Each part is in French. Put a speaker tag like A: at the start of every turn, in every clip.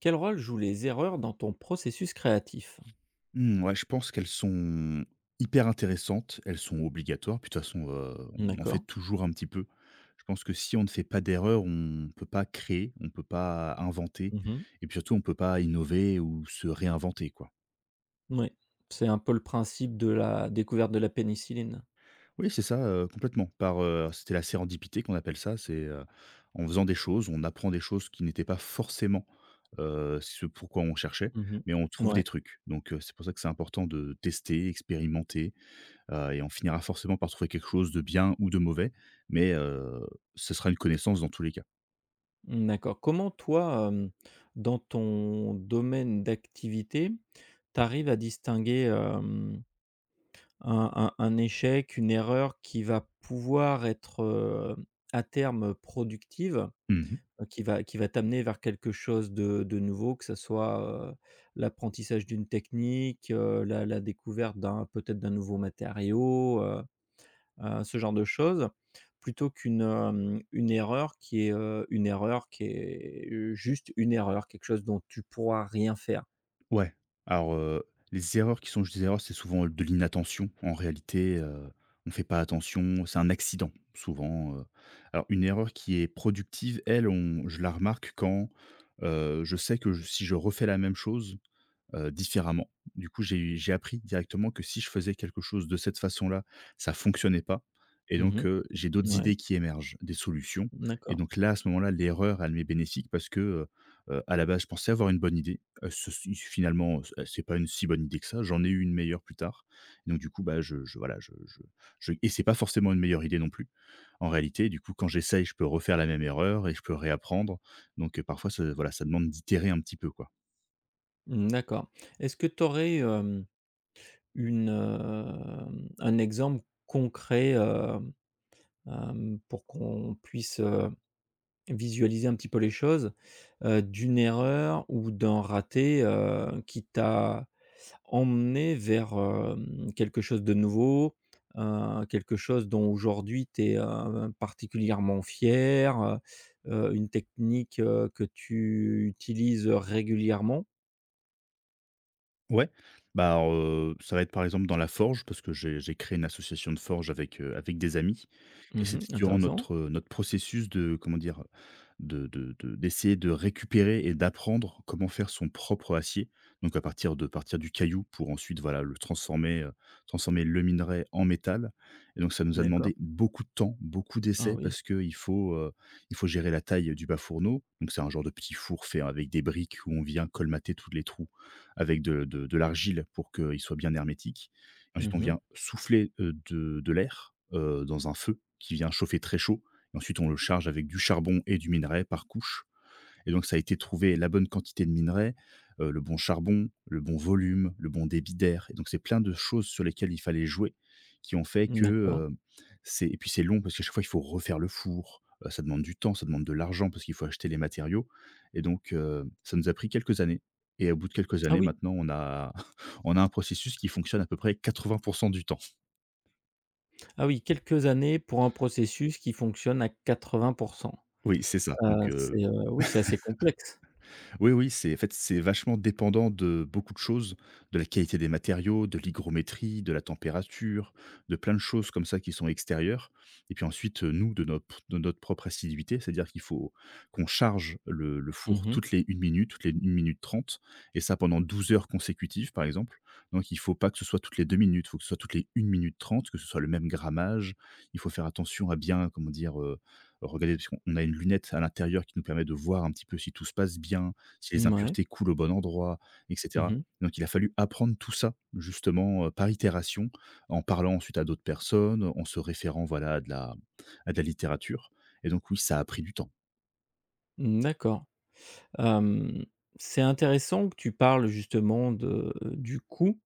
A: Quel rôle jouent les erreurs dans ton processus créatif?
B: Mmh, ouais, je pense qu'elles sont hyper intéressantes, elles sont obligatoires, puis de toute façon, on en fait
A: D'accord.
B: toujours un petit peu. Je pense que si on ne fait pas d'erreur, on ne peut pas créer, on ne peut pas inventer
A: Mmh mh.
B: et puis surtout on ne peut pas innover ou se réinventer, quoi.
A: C'est un peu le principe de la découverte de la pénicilline.
B: Oui, c'est ça, complètement, c'était la sérendipité qu'on appelle ça, en faisant des choses, on apprend des choses qui n'étaient pas forcément, ce pourquoi on cherchait,
A: Mmh mh.
B: mais on trouve des trucs. Donc, c'est pour ça que c'est important de tester, expérimenter. Et on finira forcément par trouver quelque chose de bien ou de mauvais, mais ce sera une connaissance dans tous les cas.
A: Mmh, d'accord. Comment toi, dans ton domaine d'activité, tu arrives à distinguer, un échec, une erreur qui va pouvoir être, à terme productive,
B: Mmh.
A: qui va t'amener vers quelque chose de nouveau, que ça soit, heu, l'apprentissage d'une technique, la découverte d'un peut-être d'un nouveau matériau, ce genre de choses, plutôt qu'une, une erreur qui est, une erreur qui est, juste une erreur, quelque chose dont tu pourras rien faire.
B: Ouais. Alors, les erreurs qui sont juste des erreurs, c'est souvent de l'inattention. En réalité, on fait pas attention, c'est un accident souvent. Alors une erreur qui est productive, elle, on je la remarque quand, je sais que je si je refais la même chose, différemment. Du coup, j'ai appris directement que si je faisais quelque chose de cette façon-là, ça fonctionnait pas et
A: Mmh
B: donc
A: mh.
B: j'ai d'autres idées qui émergent, des solutions. Et
A: D'accord.
B: donc là, à ce moment-là, l'erreur, elle m'est bénéfique parce que, à la base, je pensais avoir une bonne idée. Ce si finalement, c'est pas une si bonne idée que ça. J'en ai eu une meilleure plus tard. Et donc du coup, bah, je voilà, je et c'est pas forcément une meilleure idée non plus. En réalité, du coup, quand j'essaye, je peux refaire la même erreur et je peux réapprendre. Donc parfois, ce voilà, ça demande d'itérer un petit peu, quoi.
A: Mmh, d'accord. Est-ce que tu aurais un exemple concret, pour qu'on puisse, visualiser un petit peu les choses, d'une erreur ou d'un raté, qui t'a emmené vers, quelque chose de nouveau, quelque chose dont aujourd'hui tu es particulièrement fier, une technique, que tu utilises régulièrement?
B: Ouais, bah, alors, ça va être par exemple dans la forge parce que j'ai créé une association de forge avec des amis et c'était
A: Mmh.
B: durant
A: Intéressant.
B: notre processus de comment dire? De d'essayer de récupérer et d'apprendre comment faire son propre acier. Donc à partir du caillou pour ensuite voilà le transformer, transformer le minerai en métal et donc ça nous a
A: D'accord.
B: demandé beaucoup de temps, beaucoup
A: Ah
B: d'essais
A: oui.
B: parce qu'il faut gérer la taille du bas fourneau. Donc c'est un genre de petit four fait avec des briques où on vient colmater tous les trous avec de l'argile pour qu'il soit bien hermétique. Ensuite, on
A: Mmh.
B: vient souffler, de l'air, dans un feu qui vient chauffer très chaud. Et ensuite, on le charge avec du charbon et du minerai par couche et donc, ça a été trouver la bonne quantité de minerais, le bon charbon, le bon volume, le bon débit d'air. Et donc, c'est plein de choses sur lesquelles il fallait jouer, qui ont fait que,
A: D'accord.
B: c'est et puis c'est long parce qu'à chaque fois, il faut refaire le four, ça demande du temps, ça demande de l'argent parce qu'il faut acheter les matériaux. Et donc, ça nous a pris quelques années et au bout de quelques
A: Ah
B: années,
A: oui,
B: maintenant, on a on a un processus qui fonctionne à peu près 80 du temps.
A: ah oui, quelques années pour un processus qui fonctionne à 80%.
B: Oui, c'est ça.
A: Ah c'est, heu, oui, c'est assez complexe.
B: Oui, oui, c'est vachement dépendant de beaucoup de choses, de la qualité des matériaux, de l'hygrométrie, de la température, de plein de choses comme ça qui sont extérieures. Et puis ensuite, nous, de notre propre assiduité, c'est-à-dire qu'il faut qu'on charge le four
A: Mmh.
B: toutes les 1 minute, toutes les 1 minute 30, et ça pendant 12 heures consécutives, par exemple. Donc il faut pas que ce soit toutes les 2 minutes, il faut que ce soit toutes les 1 minute 30, que ce soit le même grammage. Il faut faire attention à bien, comment dire, regarder parce qu'on a une lunette à l'intérieur qui nous permet de voir un petit peu si tout se passe bien, si les
A: Mouais.
B: impuretés coulent au bon endroit, et
A: Mmh
B: cetera.
A: mh.
B: Donc il a fallu apprendre tout ça justement, par itération, en parlant ensuite à d'autres personnes, en se référant, voilà, à de la littérature et donc oui, ça a pris du temps.
A: D'accord. Hem, c'est intéressant que tu parles justement de du coût,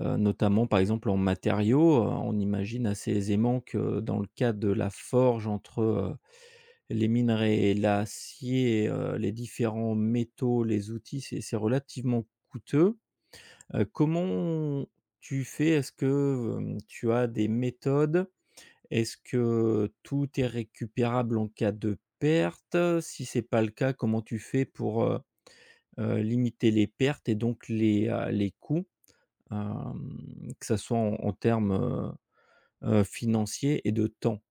A: notamment par exemple en matériaux. On imagine assez aisément que dans le cas de la forge, entre, les minerais et l'acier, les différents métaux, les outils, c'est relativement coûteux. Comment tu fais? Est-ce que, tu as des méthodes? Est-ce que tout est récupérable en cas de perte? Si c'est pas le cas, comment tu fais pour, limiter les pertes et donc les coûts? Que ça soit en termes, financiers et de temps?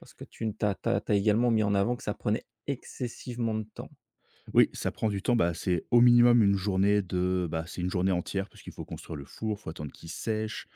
A: Parce que tu as également mis en avant que ça prenait excessivement de temps.
B: Oui, ça prend du temps. Bah, c'est au minimum une journée de, bah, c'est une journée entière parce qu'il faut construire le four, faut attendre qu'il sèche,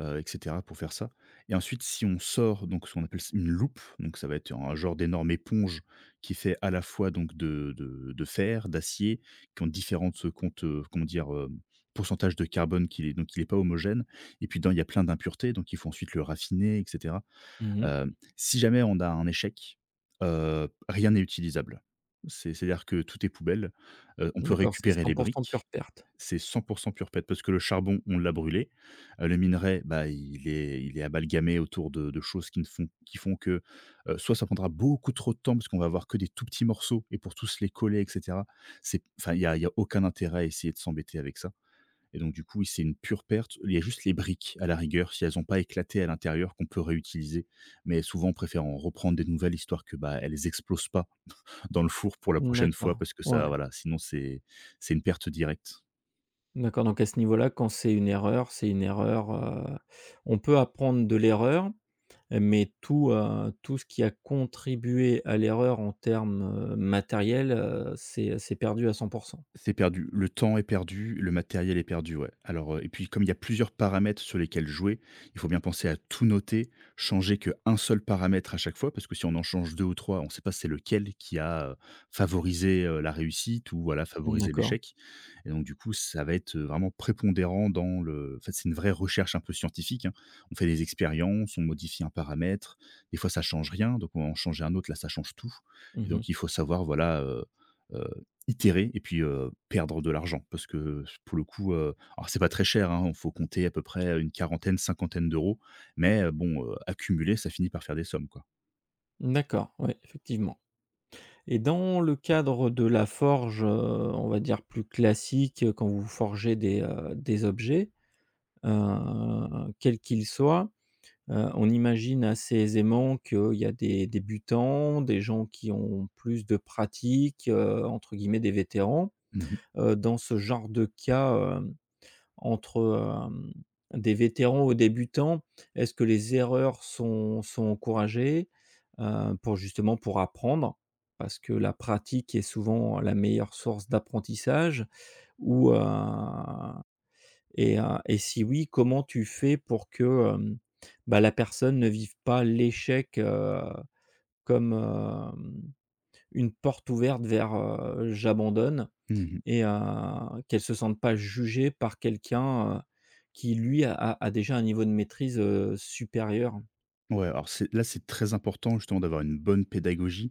B: et cetera pour faire ça. Et ensuite, si on sort donc ce qu'on appelle une loupe, donc ça va être un genre d'énorme éponge qui fait à la fois donc de fer, d'acier, qui ont différentes, comment dire, pourcentages de carbone qui est donc il n'est pas homogène et puis dedans il y a plein d'impuretés donc il faut ensuite le raffiner etc.
A: Mmh.
B: Si jamais on a un échec, rien n'est utilisable. C'est-à-dire que tout est poubelle. On peut
A: D'accord, c'est
B: récupérer les
A: 100% pure
B: briques,
A: perte.
B: c'est 100 pure pète parce que le charbon, on l'a brûlé. Le minerai, bah, il est amalgamé autour de choses qui ne font qui font que, soit ça prendra beaucoup trop de temps parce qu'on va avoir que des tout petits morceaux et pour tous les coller et cetera, c'est enfin, il y a aucun intérêt à essayer de s'embêter avec ça et donc du coup, oui, c'est une pure perte. Il y a juste les briques à la rigueur, si elles n'ont pas éclaté à l'intérieur, qu'on peut réutiliser. Mais souvent, on préfère en reprendre des nouvelles, histoire que, bah, elles explosent pas dans le four pour la prochaine fois
A: D'accord,
B: parce que
A: ouais,
B: ça voilà, sinon c'est une perte directe.
A: d'accord, donc à ce niveau-là, quand c'est une erreur, on peut apprendre de l'erreur, mais tout ce qui a contribué à l'erreur en termes, matériels, c'est perdu à 100%.
B: C'est perdu. Le temps est perdu, le matériel est perdu, ouais. Alors, et puis comme il y a plusieurs paramètres sur lesquels jouer, il faut bien penser à tout noter, changer qu'un seul paramètre à chaque fois, parce que si on en change 2 ou 3, on ne sait pas c'est lequel qui a, favorisé, la réussite ou voilà, favorisé
A: D'accord.
B: l'échec et donc du coup, ça va être vraiment prépondérant dans le en fait, c'est une vraie recherche un peu scientifique, hein. On fait des expériences, on modifie un paramètre, des fois ça change rien, donc on va en changer un autre, là ça change tout et
A: Mmh.
B: donc il faut savoir, voilà, itérer et puis, perdre de l'argent parce que, pour le coup, alors c'est pas très cher, hein, il faut compter à peu près une quarantaine, cinquantaine d'euros mais, accumuler, ça finit par faire des sommes, quoi.
A: D'accord, ouais, effectivement. Et dans le cadre de la forge, on va dire plus classique, quand vous forgez des objets, quels qu'ils soient. On imagine assez aisément qu'il y a des débutants, des gens qui ont plus de pratique, entre guillemets «des vétérans».
B: Mmh mh.
A: Dans ce genre de cas, entre, des vétérans aux débutants, est-ce que les erreurs sont encouragées? Pour justement pour apprendre, parce que la pratique est souvent la meilleure source d'apprentissage? Ou et si oui, comment tu fais pour que, bah, la personne ne vive pas l'échec, comme, une porte ouverte vers, «j'abandonne»,
B: Mmh.
A: et qu'elle se sente pas jugée par quelqu'un, qui lui a déjà un niveau de maîtrise, supérieur?
B: Ouais, alors c'est là, c'est très important justement d'avoir une bonne pédagogie,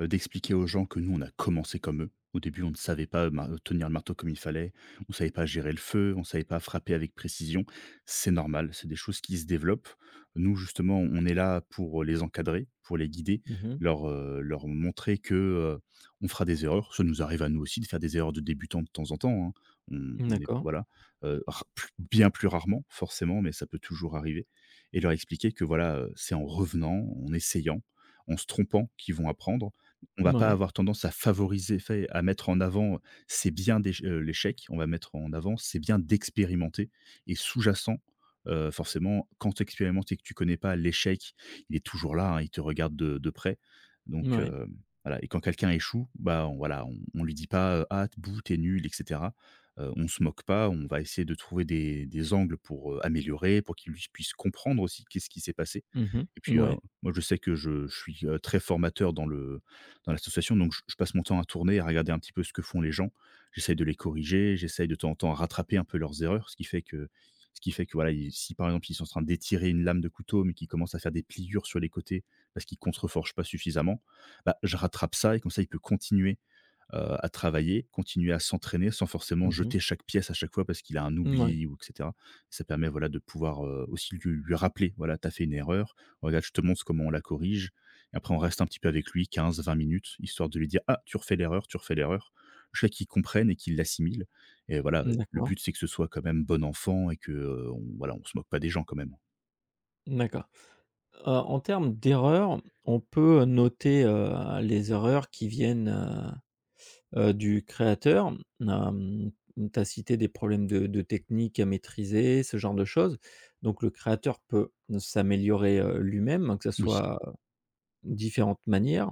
B: d'expliquer aux gens que nous, on a commencé comme eux. Au début, on ne savait pas mar tenir le marteau comme il fallait, on ne savait pas gérer le feu, on ne savait pas frapper avec précision. C'est normal, c'est des choses qui se développent. Nous, justement, on est là pour les encadrer, pour les guider,
A: Mmh.
B: leur montrer que, on fera des erreurs. Ça nous arrive à nous aussi de faire des erreurs de débutants de temps en temps, hein. On est
A: D'accord.
B: voilà, ra plus bien plus rarement forcément, mais ça peut toujours arriver et leur expliquer que voilà, c'est en revenant, en essayant, en se trompant qu'ils vont apprendre. On va pas
A: Mouais,
B: avoir tendance à favoriser fait à mettre en avant, c'est bien d'éche l'échec, on va mettre en avant, c'est bien d'expérimenter et sous-jacent, forcément quand tu expérimentes et que tu connais pas l'échec, il est toujours là, hein, il te regarde de près donc
A: mouais.
B: voilà et quand quelqu'un échoue, bah, on voilà, on lui dit pas, «Ah, bouh, t'es nul» etc. On se moque pas, on va essayer de trouver des angles pour, améliorer, pour qu'il lui puisse comprendre aussi qu'est-ce qui s'est passé
A: Mmh mh.
B: et puis,
A: Mouais.
B: moi je sais que je suis, très formateur dans l'association donc je passe mon temps à tourner, à regarder un petit peu ce que font les gens. J'essaye de les corriger, j'essaye de temps en temps à rattraper un peu leurs erreurs, ce qui fait que voilà, ils si par exemple ils sont en train d'étirer une lame de couteau, mais qu'ils commencent à faire des pliures sur les côtés parce qu'ils contreforgent pas suffisamment, bah, je rattrape ça et comme ça il peut continuer à travailler, continuer à s'entraîner sans forcément
A: Mmh.
B: jeter chaque pièce à chaque fois parce qu'il a un oubli ou et cetera. Ça permet, voilà, de pouvoir, aussi lui rappeler: «Voilà, t'as fait une erreur, regarde, je te montre comment on la corrige.» Et après on reste un petit peu avec lui 15-20 minutes, histoire de lui dire: «Ah, tu refais l'erreur, tu refais l'erreur.» Je Jusqu'à qu'il comprenne et qu'il l'assimile, et voilà, le
A: D'accord,
B: but, c'est que ce soit quand même bon enfant et que, on voilà, on se moque pas des gens quand même.
A: d'accord. En termes d'erreurs, on peut noter, les erreurs qui viennent, du créateur. Hem, Tu as cité des problèmes de technique à maîtriser, ce genre de choses. Donc le créateur peut s'améliorer, lui-même, hein, que ça
B: Oui.
A: soit différentes manières.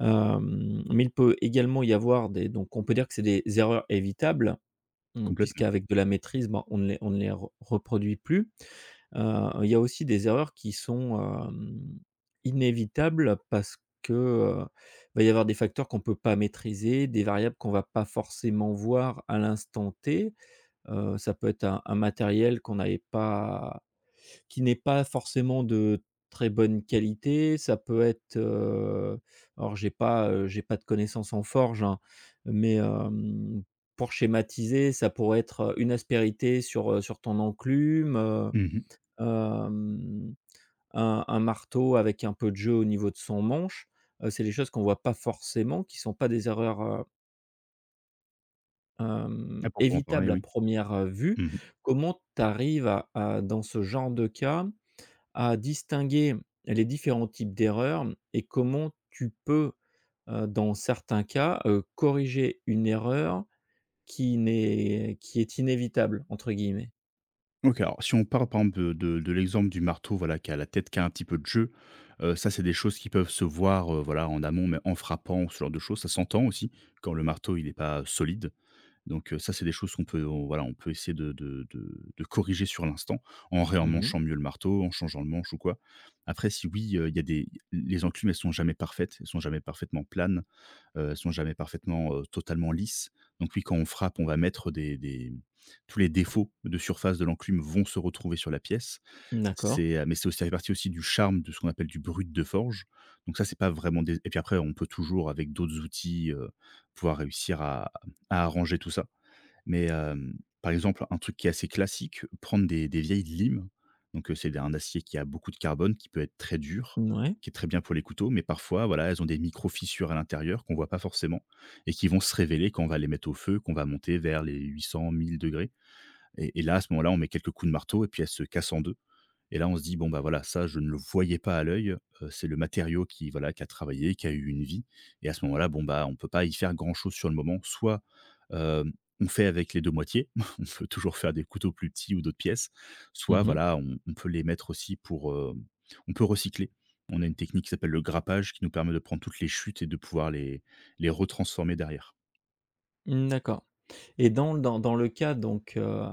A: Mais il peut également y avoir des donc on peut dire que c'est des erreurs évitables, mmh,
B: Complètement.
A: puisqu'avec de la maîtrise, ben, on ne les re reproduit plus. Il y a aussi des erreurs qui sont, inévitables parce que, va y avoir des facteurs qu'on ne peut pas maîtriser, des variables qu'on va pas forcément voir à l'instant T. Ça peut être un matériel qu'on n'avait pas qui n'est pas forcément de très bonne qualité, ça peut être, alors j'ai pas de connaissances en forge, hein, mais, pour schématiser, ça pourrait être une aspérité sur ton enclume,
B: Mmh mh.
A: hem, un marteau avec un peu de jeu au niveau de son manche, c'est des choses qu'on voit pas forcément, qui sont pas des erreurs,
B: À proprement parler,
A: évitables à
B: oui.
A: première re vue.
B: Mmh.
A: Comment tu arrives à dans ce genre de cas, à distinguer les différents types d'erreurs et comment tu peux, dans certains cas, corriger une erreur qui n'est qui est «inévitable» entre guillemets?
B: OK, alors si on parle par exemple de l'exemple du marteau, voilà, qui a la tête qui a un petit peu de jeu. Ça, c'est des choses qui peuvent se voir, voilà, en amont, mais en frappant, ce genre de choses. Ça s'entend aussi quand le marteau il est pas solide. Donc ça c'est des choses qu'on peut on voilà, on peut essayer de corriger sur l'instant, en
A: Mmh.
B: réemmanchant mieux le marteau, en changeant le manche ou quoi. Après si oui, il y a des les enclumes, elles sont jamais parfaites, elles sont jamais parfaitement planes. Elles sont jamais parfaitement, totalement lisses. Donc oui, quand on frappe, on va mettre des tous les défauts de surface de l'enclume vont se retrouver sur la pièce.
A: D'accord.
B: C'est, mais c'est aussi, ça fait partie aussi du charme de ce qu'on appelle du brut de forge. Donc ça, c'est pas vraiment des, et puis après, on peut toujours avec d'autres outils, pouvoir réussir à arranger tout ça. Mais, par exemple, un truc qui est assez classique, prendre des vieilles limes. Donc, c'est un acier qui a beaucoup de carbone, qui peut être très dur,
A: Mouais.
B: qui est très bien pour les couteaux, mais parfois, voilà, elles ont des micro-fissures à l'intérieur qu'on voit pas forcément et qui vont se révéler quand on va les mettre au feu, qu'on va monter vers les 800-1000 degrés, et là, à ce moment-là, on met quelques coups de marteau et puis elles se cassent en 2. Et là, on se dit: «Bon, bah, voilà, ça, je ne le voyais pas à l'œil, c'est le matériau qui, voilà, qui a travaillé, qui a eu une vie.» Et à ce moment-là, bon, bah, on peut pas y faire grand-chose sur le moment. Soit, hem, on fait avec les 2 moitiés, on peut toujours faire des couteaux plus petits ou d'autres pièces, soit,
A: Mmh.
B: voilà, on peut les mettre aussi pour, on peut recycler. On a une technique qui s'appelle le grappage qui nous permet de prendre toutes les chutes et de pouvoir les retransformer derrière.
A: D'accord. Et dans le cas donc,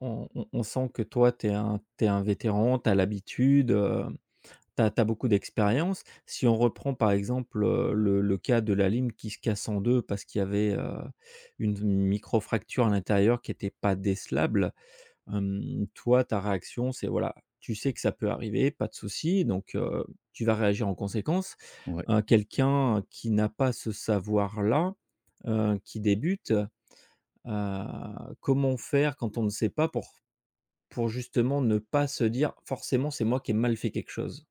A: on sent que toi tu es un t'es un vétéran, tu as l'habitude, tu as beaucoup d'expérience. Si on reprend par exemple, le cas de la lime qui se casse en 2 parce qu'il y avait, une microfracture à l'intérieur qui était pas décelable, toi ta réaction c'est voilà, tu sais que ça peut arriver, pas de souci donc, tu vas réagir en conséquence.
B: Ouais.
A: Quelqu'un qui n'a pas ce savoir-là, qui débute. Comment faire quand on ne sait pas, pour justement ne pas se dire: «Forcément, c'est moi qui ai mal fait quelque chose».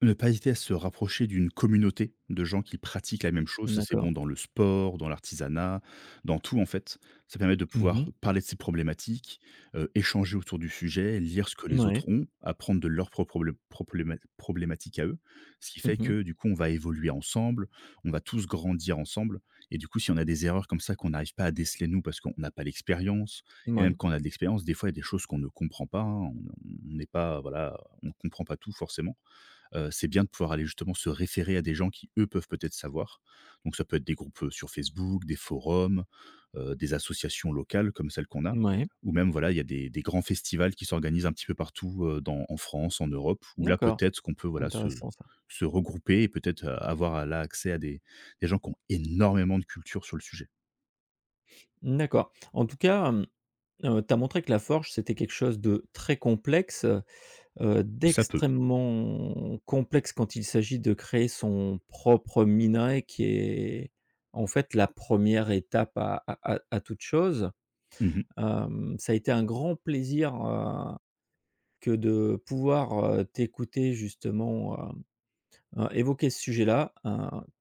B: Ne pas hésiter à se rapprocher d'une communauté de gens qui pratiquent la même chose. Ça, c'est bon
A: D'accord.
B: dans le sport, dans l'artisanat, dans tout, en fait. Ça permet de
A: Mmh,
B: pouvoir
A: ouais.
B: parler de ses problématiques, échanger autour du sujet, lire ce que les
A: Mouais.
B: autres ont, apprendre de leurs propres problématiques à eux. Ce qui fait
A: Mmh mh.
B: que, du coup, on va évoluer ensemble, on va tous grandir ensemble, et du coup, si on a des erreurs comme ça qu'on n'arrive pas à déceler nous parce qu'on n'a pas l'expérience, et même quand on a de l'expérience, des fois, il y a des choses qu'on ne comprend pas, hein. On n'est pas, voilà, on ne comprend pas tout forcément. C'est bien de pouvoir aller justement se référer à des gens qui, eux, peuvent peut-être savoir. Donc ça peut être des groupes, sur Facebook, des forums, des associations locales comme celles qu'on a,
A: Ouais. Ouais.
B: ou même voilà, il y a des grands festivals qui s'organisent un petit peu partout, dans en France, en Europe, où là,
A: D'accord.
B: peut-être qu'on peut, voilà,
A: Intéressant, ça.
B: se regrouper et peut-être, avoir là accès à des gens qui ont énormément de culture sur le sujet.
A: D'accord. En tout cas, tu as montré que la forge, c'était quelque chose de très complexe,
B: Ça peut.
A: d'extrêmement complexe quand il s'agit de créer son propre minerai qui est en fait la première étape à toute chose.
B: Mmh.
A: Ça a été un grand plaisir, que de pouvoir, t'écouter justement, évoquer ce sujet-là,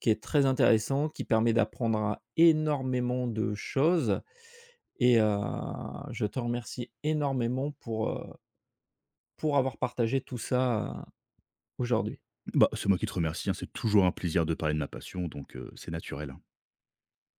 A: qui est très intéressant, qui permet d'apprendre à énormément de choses, et je te remercie énormément pour avoir partagé tout ça, aujourd'hui.
B: Bah, c'est moi qui te remercie, hein, c'est toujours un plaisir de parler de ma passion donc c'est naturel, hein.